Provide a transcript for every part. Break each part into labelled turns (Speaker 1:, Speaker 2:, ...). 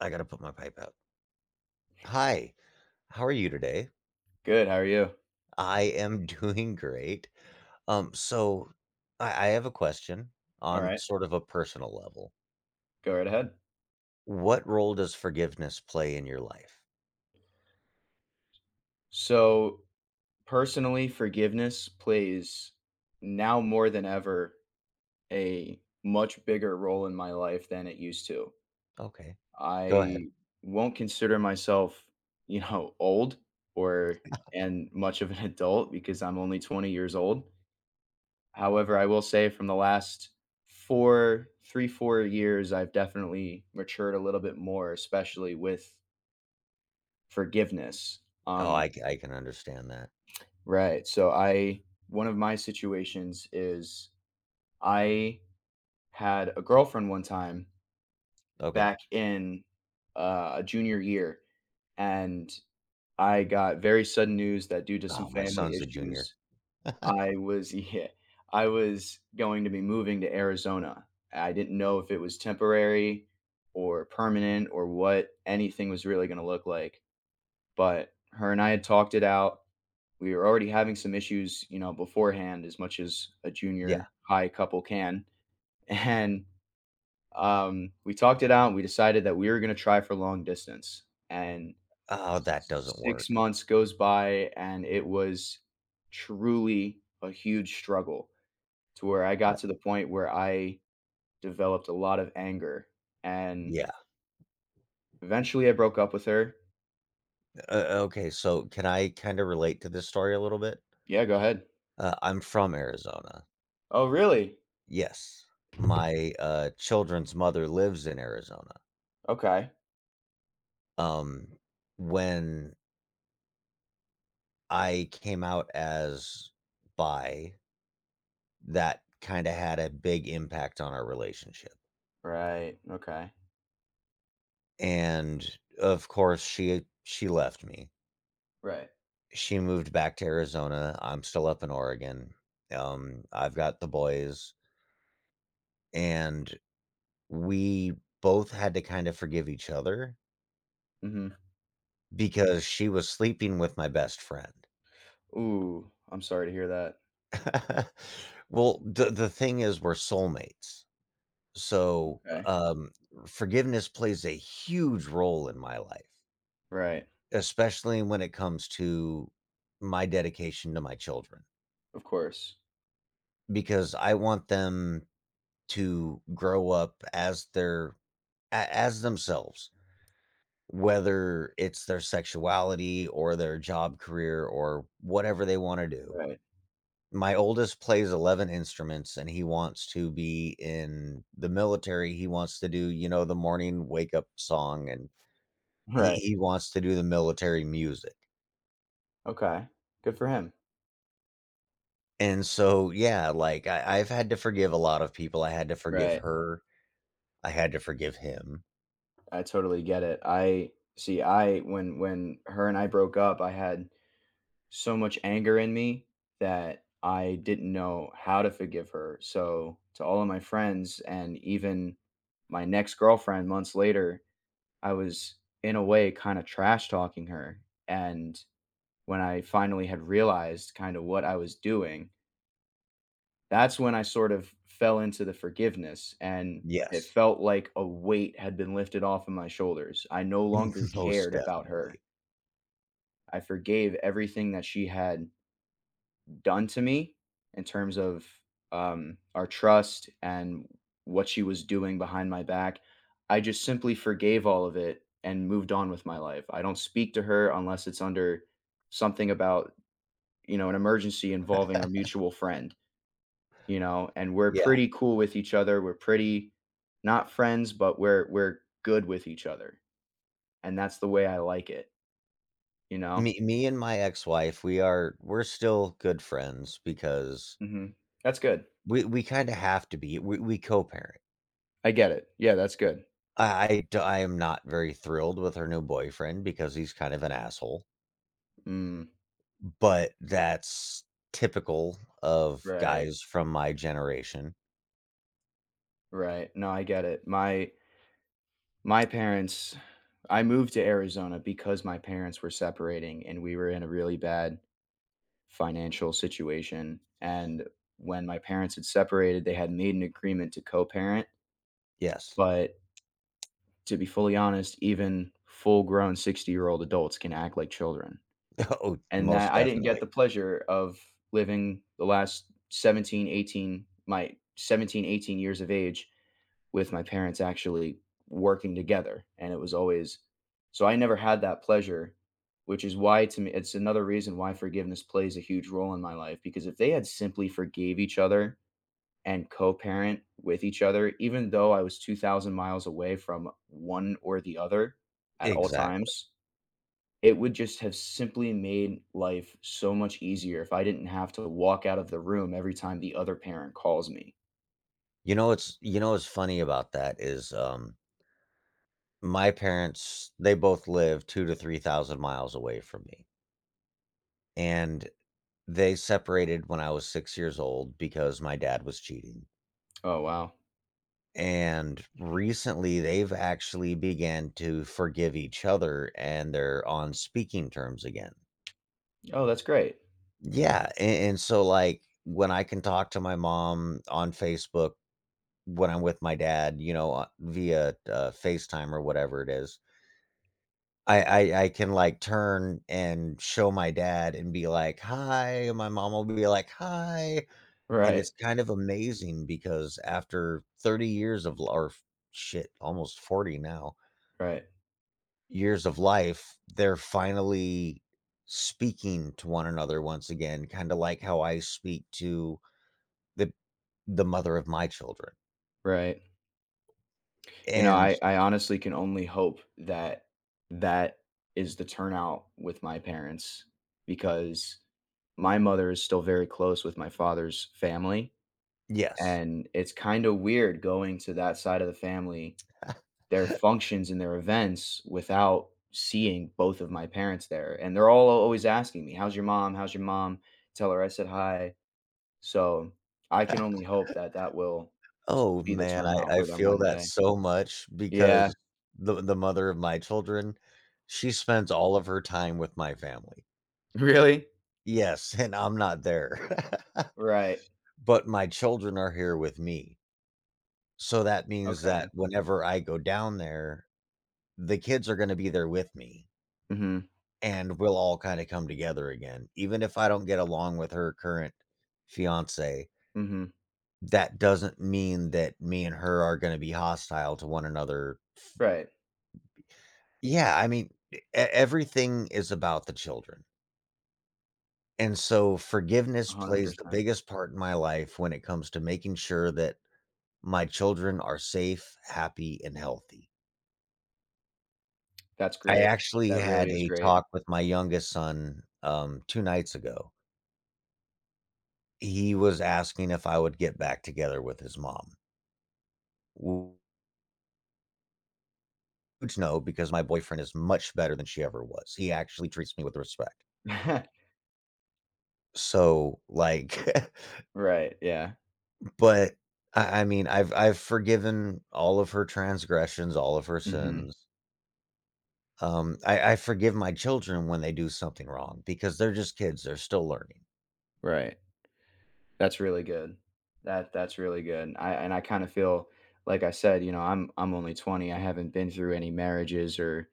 Speaker 1: I gotta put my pipe out. Hi, how are you today?
Speaker 2: Good. How are you?
Speaker 1: I am doing great. So I have a question
Speaker 2: All
Speaker 1: on
Speaker 2: right.
Speaker 1: sort of a personal level.
Speaker 2: Go right ahead.
Speaker 1: What role does forgiveness play in your life?
Speaker 2: So, personally, forgiveness plays now more than ever a much bigger role in my life than it used to.
Speaker 1: Okay, go ahead.
Speaker 2: I won't consider myself, old or and much of an adult because I'm only 20 years old. However, I will say from the last 4 years, I've definitely matured a little bit more, especially with forgiveness.
Speaker 1: Oh,
Speaker 2: Um,
Speaker 1: I can understand that.
Speaker 2: Right. So I one of my situations is I had a girlfriend one time
Speaker 1: Okay.
Speaker 2: back in a junior year, and I got very sudden news that due to some
Speaker 1: Oh, my
Speaker 2: family
Speaker 1: son's a junior.
Speaker 2: issues I was yeah, I was going to be moving to Arizona. I didn't know if it was temporary or permanent or what anything was really going to look like, but her and I had talked it out. We were already having some issues, you know, beforehand, as much as a
Speaker 1: Yeah.
Speaker 2: junior high couple can. And we talked it out and we decided that we were going to try for long distance. And
Speaker 1: Oh, that doesn't
Speaker 2: six
Speaker 1: work.
Speaker 2: months goes by and it was truly a huge struggle to where I
Speaker 1: Uh,
Speaker 2: got to the point where I developed a lot of anger. And
Speaker 1: yeah.
Speaker 2: eventually I broke up with her.
Speaker 1: Okay. So can I kind of relate to this story a little bit?
Speaker 2: Yeah, go ahead.
Speaker 1: I'm from Arizona.
Speaker 2: Oh, really?
Speaker 1: Yes. My, children's mother lives in Arizona.
Speaker 2: Okay.
Speaker 1: Um, when I came out as bi, that kinda had a big impact on our relationship,
Speaker 2: Right. Okay.
Speaker 1: and, of course, she left me.
Speaker 2: Right.
Speaker 1: She moved back to Arizona, I'm still up in Oregon. I've got the boys, and we both had to kinda forgive each other
Speaker 2: Hmm.
Speaker 1: because she was sleeping with my best friend.
Speaker 2: Ooh, I'm sorry to hear that.
Speaker 1: Well, the thing is we're soulmates. So,
Speaker 2: Okay.
Speaker 1: forgiveness plays a huge role in my life,
Speaker 2: Right.
Speaker 1: especially when it comes to my dedication to my children,
Speaker 2: Of course.
Speaker 1: because I want them to grow up as their a as themselves, whether it's their sexuality or their job career or whatever they wanna do.
Speaker 2: Right.
Speaker 1: My oldest plays 11 instruments, and he wants to be in the military. He wants to do, the morning wake up song, and he
Speaker 2: Right.
Speaker 1: he wants to do the military music.
Speaker 2: Okay. Good for him.
Speaker 1: And so, yeah, like, I've had to forgive a lot of people. I had to forgive
Speaker 2: Right.
Speaker 1: her. I had to forgive him.
Speaker 2: I totally get it. I see. I when her and I broke up, I had so much anger in me that I didn't know how to forgive her. So, to all of my friends and even my next girlfriend months later, I was in a way kind of trash talking her. And when I finally had realized kind of what I was doing, that's when I sort of fell into the forgiveness, and it
Speaker 1: Yes.
Speaker 2: felt like a weight had been lifted off of my shoulders. I no longer
Speaker 1: Most
Speaker 2: cared about her.
Speaker 1: definitely.
Speaker 2: I forgave everything that she had done to me in terms of, our trust and what she was doing behind my back. I just simply forgave all of it and moved on with my life. I don't speak to her unless it's under something about, you know, an emergency involving our mutual friend. You know, and we're
Speaker 1: Yeah.
Speaker 2: pretty cool with each other. We're pretty not friends, but we're good with each other. And that's the way I like it, you know?
Speaker 1: Me and my ex-wife, we're still good friends because
Speaker 2: Mhm. That's good.
Speaker 1: we kinda have to be. We co-parent.
Speaker 2: I get it. Yeah, that's good.
Speaker 1: I am not very thrilled with her new boyfriend because he's kind of an asshole,
Speaker 2: Mm,
Speaker 1: but that's typical of
Speaker 2: right.
Speaker 1: guys from my generation.
Speaker 2: Right. No, I get it. My parents, I moved to Arizona because my parents were separating and we were in a really bad financial situation. And when my parents had separated, they had made an agreement to co-parent,
Speaker 1: Yes.
Speaker 2: but to be fully honest, even full grown 60-year-old adults can act like children,
Speaker 1: Oh,
Speaker 2: and
Speaker 1: most
Speaker 2: that I didn't get
Speaker 1: definitely.
Speaker 2: the pleasure of living the last 17, 18 years of age with my parents actually working together, and it was always so I never had that pleasure, which is why to me it's another reason why forgiveness plays a huge role in my life because if they had simply forgave each other and co-parent with each other, even though I was 2,000 miles away from one or the other at all
Speaker 1: Exactly.
Speaker 2: times, it would just have simply made life so much easier if I didn't have to walk out of the room every time the other parent calls me.
Speaker 1: You know what's funny about that is, my parents, they both live 2 to 3,000 miles away from me, and they separated when I was 6 years old because my dad was cheating.
Speaker 2: Oh, wow.
Speaker 1: And recently they've actually began to forgive each other and they're on speaking terms again.
Speaker 2: Oh, that's great.
Speaker 1: Yeah, and so like when I can talk to my mom on Facebook when I'm with my dad, via FaceTime or whatever it is, I, I can like turn and show my dad and be like, "Hi," and my mom will be like, "Hi," and it's
Speaker 2: Right,
Speaker 1: kind of amazing because after 30 years of shit, almost 40 now
Speaker 2: right,
Speaker 1: years of life, they're finally speaking to one another once again, kind of like how I speak to the the mother of my children.
Speaker 2: right. You know,
Speaker 1: And
Speaker 2: I honestly can only hope that that is the turnout with my parents because my mother is still very close with my father's family.
Speaker 1: yes.
Speaker 2: And it's kinda weird going to that side of the family, their functions and their events without seeing both of my parents there, and they're all always asking me, "How's your mom? How's your mom? Tell her I said hi." So, I can only hope that that will
Speaker 1: Oh,
Speaker 2: be the
Speaker 1: man,
Speaker 2: turnout
Speaker 1: I
Speaker 2: for them
Speaker 1: feel
Speaker 2: one
Speaker 1: that
Speaker 2: day.
Speaker 1: so much
Speaker 2: Yeah.
Speaker 1: because the mother of my children, she spends all of her time with my family.
Speaker 2: Really?
Speaker 1: Yes, and I'm not there.
Speaker 2: Right.
Speaker 1: But my children are here with me. So that means that
Speaker 2: Okay.
Speaker 1: whenever I go down there, the kids are gonna be there with me,
Speaker 2: Mhm.
Speaker 1: and we'll all kinda come together again. Even if I don't get along with her current fiance,
Speaker 2: Mhm.
Speaker 1: that doesn't mean that me and her are gonna be hostile to one another.
Speaker 2: Right.
Speaker 1: Yeah, I mean, everything is about the children, and so forgiveness plays the
Speaker 2: 100%.
Speaker 1: biggest part in my life when it comes to making sure that my children are safe, happy, and healthy.
Speaker 2: That's
Speaker 1: I
Speaker 2: great.
Speaker 1: actually
Speaker 2: That really
Speaker 1: had
Speaker 2: is
Speaker 1: a
Speaker 2: great.
Speaker 1: talk with my youngest son, 2 nights ago. He was asking if I would get back together with his mom, which no, because my boyfriend is much better than she ever was. He actually treats me with respect. So, like,
Speaker 2: Right, yeah.
Speaker 1: but I mean, I've forgiven all of her transgressions, all of her
Speaker 2: Mhm.
Speaker 1: sins. I forgive my children when they do something wrong because they're just kids; they're still learning.
Speaker 2: Right. That's really good. That that's really good. I and I kinda feel, like I said, you know, I'm only 20. I haven't been through any marriages or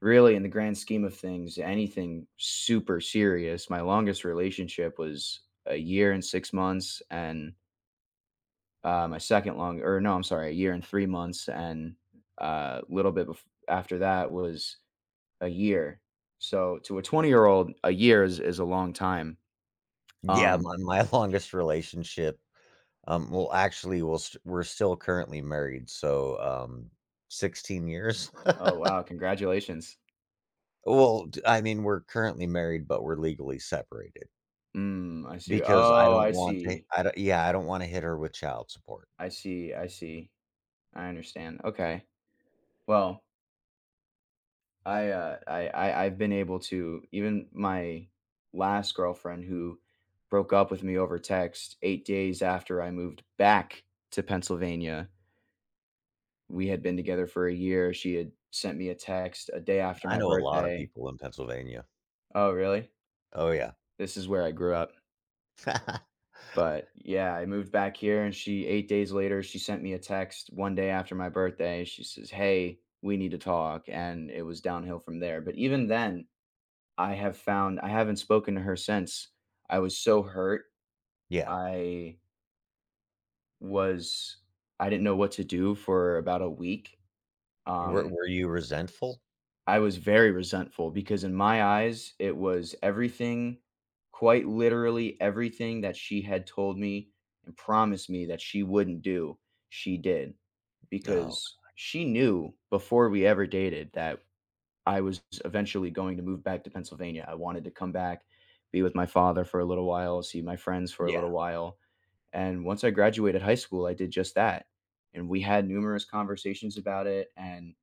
Speaker 2: really, in the grand scheme of things, anything super serious. My longest relationship was a year and 6 months, and, my second long or no, I'm sorry, a year and 3 months, and, a little bit bef after that was a year. So to a 20-year-old, a year is a long time.
Speaker 1: Yeah,
Speaker 2: Um,
Speaker 1: my longest relationship. Well, actually, we're still currently married, so 16 years.
Speaker 2: oh, wow, congratulations.
Speaker 1: Well, d I mean, we're currently married, but we're legally separated
Speaker 2: Mm, I see.
Speaker 1: because
Speaker 2: Oh, I see.
Speaker 1: I don't yeah, I don't wanna hit her with child support.
Speaker 2: I see. I see. I understand. Okay. Well, I've been able to even my last girlfriend who broke up with me over text 8 days after I moved back to Pennsylvania. We had been together for a year. She had sent me a text a day after
Speaker 1: I
Speaker 2: my
Speaker 1: know a lot of
Speaker 2: birthday.
Speaker 1: people in Pennsylvania.
Speaker 2: Oh, really?
Speaker 1: Oh, yeah.
Speaker 2: This is where I grew up. But, yeah, I moved back here, and she 8 days later, she sent me a text one day after my birthday. She says, "Hey, we need to talk," and it was downhill from there. But even then, I have found I haven't spoken to her since. I was so hurt.
Speaker 1: Yeah.
Speaker 2: I was I didn't know what to do for about a week. Um
Speaker 1: Were you resentful?
Speaker 2: I was very resentful because in my eyes, it was everything, quite literally everything that she had told me and promised me that she wouldn't do, she did.
Speaker 1: No.
Speaker 2: Because she knew before we ever dated that I was eventually going to move back to Pennsylvania. I wanted to come back, be with my father for a little while, see my friends for a
Speaker 1: Yeah.
Speaker 2: little while. And once I graduated high school, I did just that. And we had numerous conversations about it, and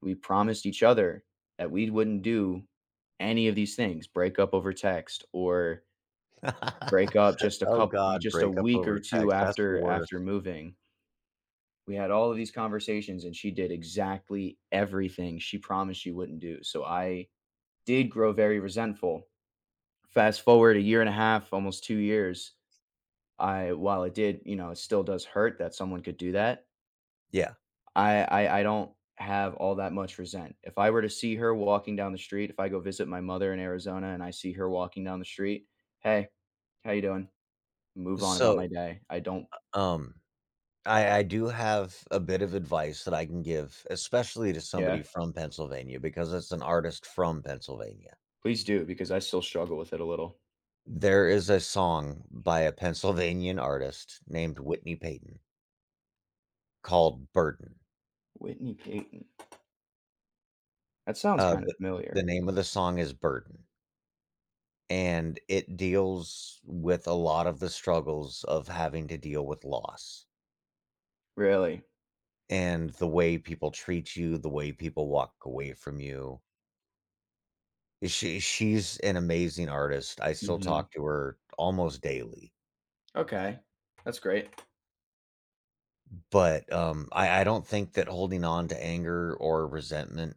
Speaker 2: we promised each other that we wouldn't do any of these things, break up over text, or break up just a
Speaker 1: Oh
Speaker 2: couple,
Speaker 1: god,
Speaker 2: just a
Speaker 1: break up
Speaker 2: week or
Speaker 1: over
Speaker 2: 2
Speaker 1: text, that's the worst.
Speaker 2: after moving. We had all of these conversations and she did exactly everything she promised she wouldn't do. So I did grow very resentful. Fast forward a year and a half, almost 2 years, I while it did, you know, it still does hurt that someone could do that.
Speaker 1: Yeah.
Speaker 2: I don't have all that much resent. If I were to see her walking down the street, if I go visit my mother in Arizona and I see her walking down the street, "Hey, how you doing?" Move on about my
Speaker 1: So,
Speaker 2: day. I don't.
Speaker 1: um, I do have a bit of advice that I can give, especially to
Speaker 2: Yeah,
Speaker 1: somebody from Pennsylvania because it's an artist from Pennsylvania.
Speaker 2: please do, because I still struggle with it a little.
Speaker 1: There is a song by a Pennsylvanian artist named Whitney Payton called "Burden."
Speaker 2: Whitney Payton. That sounds
Speaker 1: Uh,
Speaker 2: kinda
Speaker 1: the the
Speaker 2: familiar.
Speaker 1: name of the song is "Burden," and it deals with a lot of the struggles of having to deal with loss
Speaker 2: Really?
Speaker 1: and the way people treat you, the way people walk away from you. She's an amazing artist. I still
Speaker 2: Mhm.
Speaker 1: talk to her almost daily,
Speaker 2: Okay. That's great.
Speaker 1: but, I don't think that holding on to anger or resentment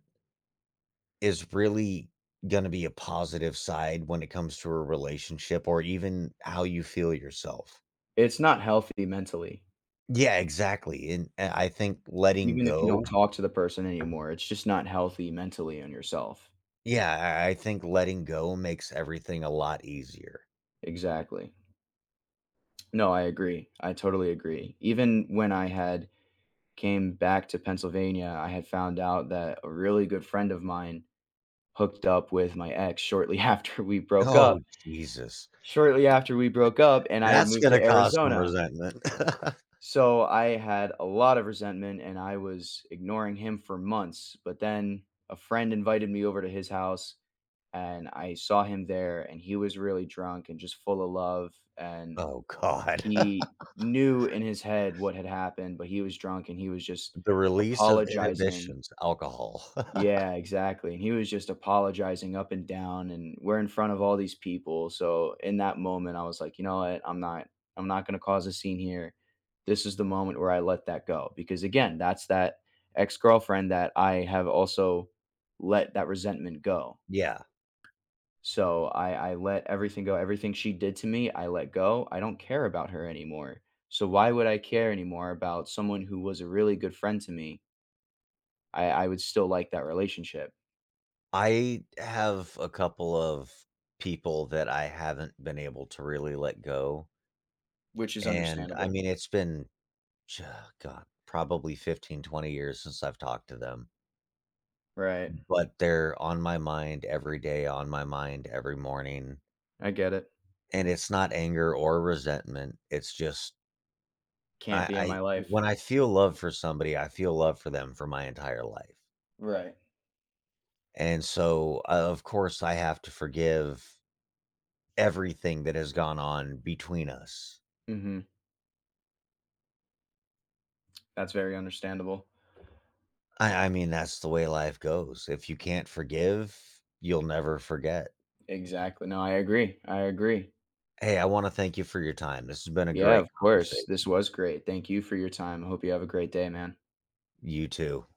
Speaker 1: is really gonna be a positive side when it comes to a relationship or even how you feel yourself.
Speaker 2: It's not healthy mentally.
Speaker 1: Yeah, exactly, and
Speaker 2: Even if you don't talk to the person anymore, it's just not healthy mentally on yourself.
Speaker 1: yeah, I think letting go makes everything a lot easier.
Speaker 2: Exactly. No, I agree. I totally agree. Even when I had came back to Pennsylvania, I had found out that a really good friend of mine hooked up with my ex shortly after we broke up
Speaker 1: Oh, Jesus.
Speaker 2: shortly after we broke up, and I had
Speaker 1: That's
Speaker 2: moved to
Speaker 1: gonna cause some
Speaker 2: Arizona.
Speaker 1: resentment.
Speaker 2: So, I had a lot of resentment, and I was ignoring him for months, but then a friend invited me over to his house, and I saw him there, and he was really drunk and just full of love, and
Speaker 1: Oh, god.
Speaker 2: he knew in his head what had happened, but he was drunk and he was just
Speaker 1: The release of
Speaker 2: apologizing.
Speaker 1: inhibitions, alcohol.
Speaker 2: Yeah, exactly, and he was just apologizing up and down, and we're in front of all these people, so in that moment, I was like, "You know what? I'm not gonna cause a scene here." This is the moment where I let that go, because again, that's that ex-girlfriend that I have also let that resentment go.
Speaker 1: Yeah.
Speaker 2: So I let everything go. Everything she did to me, I let go. I don't care about her anymore. So why would I care anymore about someone who was a really good friend to me? I would still like that relationship,
Speaker 1: I have a couple of people that I haven't been able to really let go.
Speaker 2: which is
Speaker 1: And, I
Speaker 2: understandable.
Speaker 1: mean, it's been j oh, God, probably 15, 20 years since I've talked to them,
Speaker 2: Right.
Speaker 1: but they're on my mind every day, on my mind every morning,
Speaker 2: I get it.
Speaker 1: and it's not anger or resentment, it's just
Speaker 2: Can't be in
Speaker 1: I
Speaker 2: my life.
Speaker 1: when I feel love for somebody, I feel love for them for my entire life,
Speaker 2: Right.
Speaker 1: and so, of course, I have to forgive everything that has gone on between us.
Speaker 2: Mhm. That's very understandable.
Speaker 1: I mean, that's the way life goes. If you can't forgive, you'll never forget.
Speaker 2: Exactly. No, I agree. I agree.
Speaker 1: Hey, I wanna thank you for your time. This has been a
Speaker 2: Yeah,
Speaker 1: great
Speaker 2: of course. This
Speaker 1: conversation.
Speaker 2: was great. Thank you for your time. I hope you have a great day, man.
Speaker 1: You too.